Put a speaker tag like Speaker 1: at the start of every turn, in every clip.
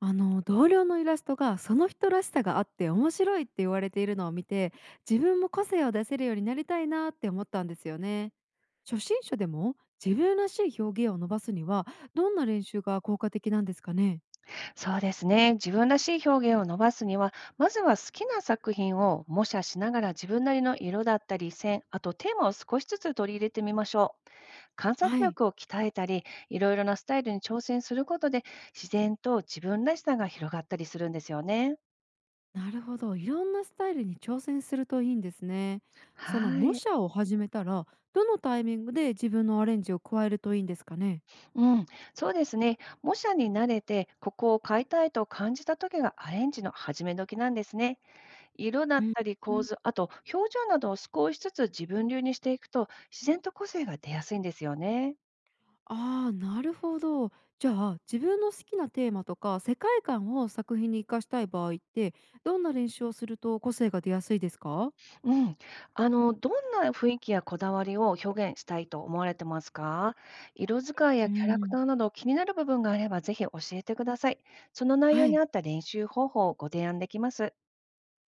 Speaker 1: あの同僚のイラストがその人らしさがあって面白いって言われているのを見て、自分も個性を出せるようになりたいなって思ったんですよね。初心者でも自分らしい表現を伸ばすには、どんな練習が効果的なんですかね？
Speaker 2: そうですね。自分らしい表現を伸ばすには、まずは好きな作品を模写しながら自分なりの色だったり線、あとテーマを少しずつ取り入れてみましょう。観察
Speaker 1: はい。
Speaker 2: 力を鍛えたり、いろいろなスタイルに挑戦することで、自然と自分らしさが広がったりするんですよね。
Speaker 1: なるほど、いろんなスタイルに挑戦するといいんですね。その
Speaker 2: は
Speaker 1: 模
Speaker 2: い。
Speaker 1: 写を始めたら、どのタイミングで自分のアレンジを加えるといいんですかね？
Speaker 2: うん、そうですね。模写に慣れて、ここを変えたいと感じた時がアレンジの始め時なんですね。色だ
Speaker 1: う
Speaker 2: っ
Speaker 1: ん。
Speaker 2: たり構図、あと表情などを少しずつ自分流にしていくと、自然と個性が出やすいんですよね。
Speaker 1: ああ、なるほど。じゃあ、自分の好きなテーマとか世界観を作品に生かしたい場合って、どんな練習をすると個性が出やすいですか？
Speaker 2: うん。どんな雰囲気やこだわりを表現したいと思われてますか。色使いや
Speaker 1: う
Speaker 2: キャラク
Speaker 1: ん。
Speaker 2: ターなど気になる部分があればぜひ教えてください。その内容
Speaker 1: は
Speaker 2: に
Speaker 1: い。
Speaker 2: 合った練習方法をご提案できます。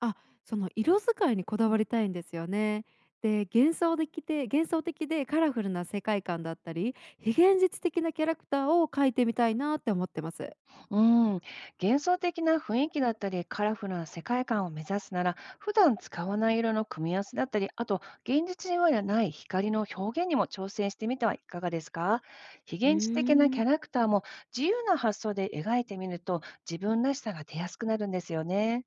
Speaker 1: あ、その色使いにこだわりたいんですよね。で、幻想的でカラフルな世界観だったり、非現実的なキャラクターを描いてみたいなって思ってます。
Speaker 2: うん、幻想的な雰囲気だったり、カラフルな世界観を目指すなら、普段使わない色の組み合わせだったり、あと現実にはない光の表現にも挑戦してみてはいかがですか。非
Speaker 1: う
Speaker 2: 現実的な
Speaker 1: ー
Speaker 2: キャ
Speaker 1: ん。
Speaker 2: ラクターも自由な発想で描いてみると、自分らしさが出やすくなるんですよね。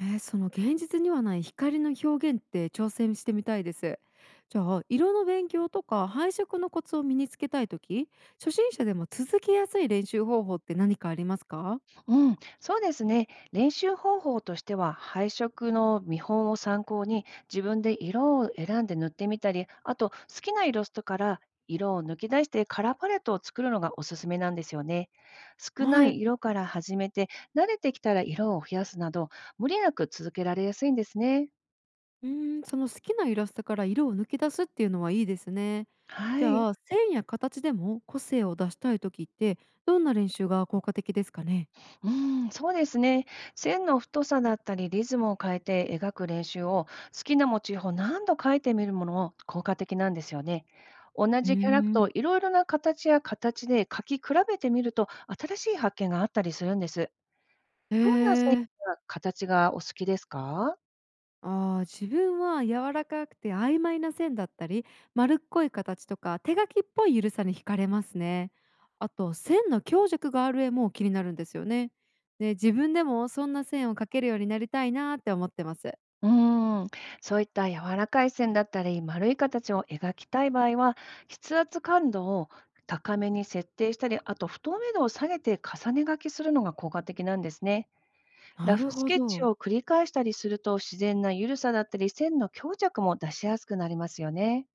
Speaker 1: その現実にはない光の表現って挑戦してみたいです。じゃあ、色の勉強とか配色のコツを身につけたいとき、初心者でも続けやすい練習方法って何かありますか？
Speaker 2: うん、そうですね。練習方法としては、配色の見本を参考に、自分で色を選んで塗ってみたり、あと好きなイラストから色を抜き出してカラーパレットを作るのがおすすめなんですよね。少な
Speaker 1: は
Speaker 2: い
Speaker 1: い。
Speaker 2: 色から始めて、慣れてきたら色を増やすなど、無理なく続けられやすいんですね。
Speaker 1: うーん、その好きなイラストから色を抜き出すっていうのはいいですね。じ
Speaker 2: はい。
Speaker 1: ゃあ、線や形でも個性を出したいときって、どんな練習が効果的ですかね？
Speaker 2: うーん、そうですね。線の太さだったり、リズムを変えて描く練習を、好きなモチーフを何度描いてみるものも効果的なんですよね。同
Speaker 1: うー
Speaker 2: じキャラクターを
Speaker 1: ん。
Speaker 2: いろいろな形や形で描き比べてみると、新しい発見があったりするんです。
Speaker 1: え
Speaker 2: どんな線
Speaker 1: ー
Speaker 2: や形がお好きですか？
Speaker 1: ああ、自分は柔らかくて曖昧な線だったり、丸っこい形とか手書きっぽいゆるさに惹かれますね。あと、線の強弱がある絵も気になるんですよね。で、自分でもそんな線を描けるようになりたいなーって思ってます。
Speaker 2: うーん、そういった柔らかい線だったり、丸い形を描きたい場合は、筆圧感度を高めに設定したり、あと不透明度を下げて重ね書きするのが効果的なんですね。ラ
Speaker 1: な
Speaker 2: フ
Speaker 1: る
Speaker 2: ス
Speaker 1: ほ
Speaker 2: ケッチ
Speaker 1: ど。
Speaker 2: を繰り返したりすると、自然な緩さだったり、線の強弱も出しやすくなりますよね。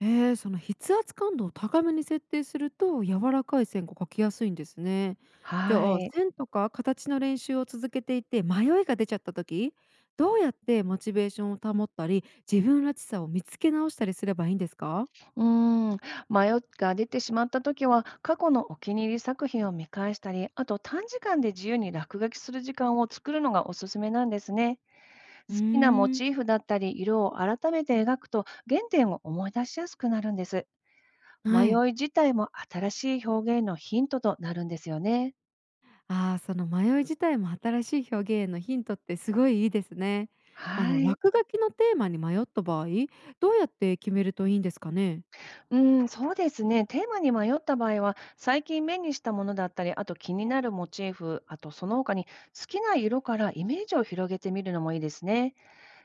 Speaker 1: ええ、その筆圧感度を高めに設定すると柔らかい線が描きやすいんですね。じ
Speaker 2: は
Speaker 1: ゃあ、
Speaker 2: い。
Speaker 1: 線とか形の練習を続けていて迷いが出ちゃった時、どうやってモチベーションを保ったり自分らしさを見つけ直したりすればいいんですか？
Speaker 2: うーん、迷いが出てしまった時は、過去のお気に入り作品を見返したり、あと短時間で自由に落書きする時間を作るのがおすすめなんですね。
Speaker 1: うー
Speaker 2: 好きなモ
Speaker 1: ん。
Speaker 2: チーフだったり色を改めて描くと原点を思い出しやすくなるんです。
Speaker 1: は
Speaker 2: 迷い
Speaker 1: い。
Speaker 2: 自体も新しい表現のヒントとなるんですよね。
Speaker 1: ああ、その迷い自体も新しい表現へのヒントってすごいいいですね。あ
Speaker 2: は
Speaker 1: の
Speaker 2: い。
Speaker 1: 落書きのテーマに迷った場合、どうやって決めるといいんですかね？
Speaker 2: うん、そうですね。テーマに迷った場合は、最近目にしたものだったり、あと気になるモチーフ、あとその他に好きな色からイメージを広げてみるのもいいですね。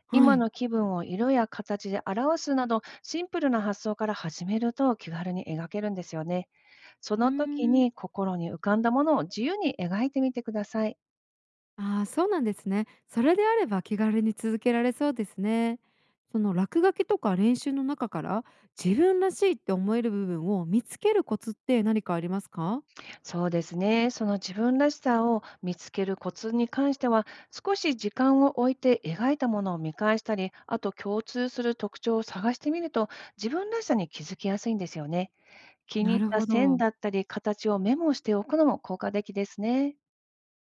Speaker 1: は
Speaker 2: 今
Speaker 1: い。
Speaker 2: の気分を色や形で表すなど、シンプルな発想から始めると気軽に描けるんですよね。そ
Speaker 1: うー
Speaker 2: の時
Speaker 1: ん。
Speaker 2: に心に浮かんだものを自由に描いてみてください。
Speaker 1: ああ、そうなんですね。それであれば気軽に続けられそうですね。その落書きとか練習の中から、自分らしいって思える部分を見つけるコツって何かありますか？
Speaker 2: そうですね。その自分らしさを見つけるコツに関しては、少し時間を置いて描いたものを見返したり、あと共通する特徴を探してみると、自分らしさに気づきやすいんですよね。気に
Speaker 1: な
Speaker 2: 入っ
Speaker 1: る
Speaker 2: た
Speaker 1: ほ
Speaker 2: 線
Speaker 1: ど。
Speaker 2: だったり形をメモしておくのも効果的ですね。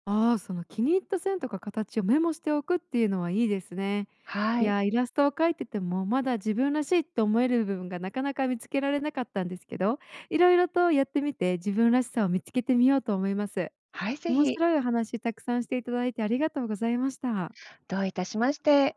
Speaker 1: ああ、その気に入った線とか形をメモしておくっていうのはいいですね。
Speaker 2: は
Speaker 1: い
Speaker 2: い。
Speaker 1: やー、イラストを描いててもまだ自分らしいって思える部分がなかなか見つけられなかったんですけど、いろいろとやってみて自分らしさを見つけてみようと思います。
Speaker 2: はい、ぜ
Speaker 1: 面
Speaker 2: ひ。
Speaker 1: 白いお話たくさんしていただいてありがとうございました。
Speaker 2: どういたしまして。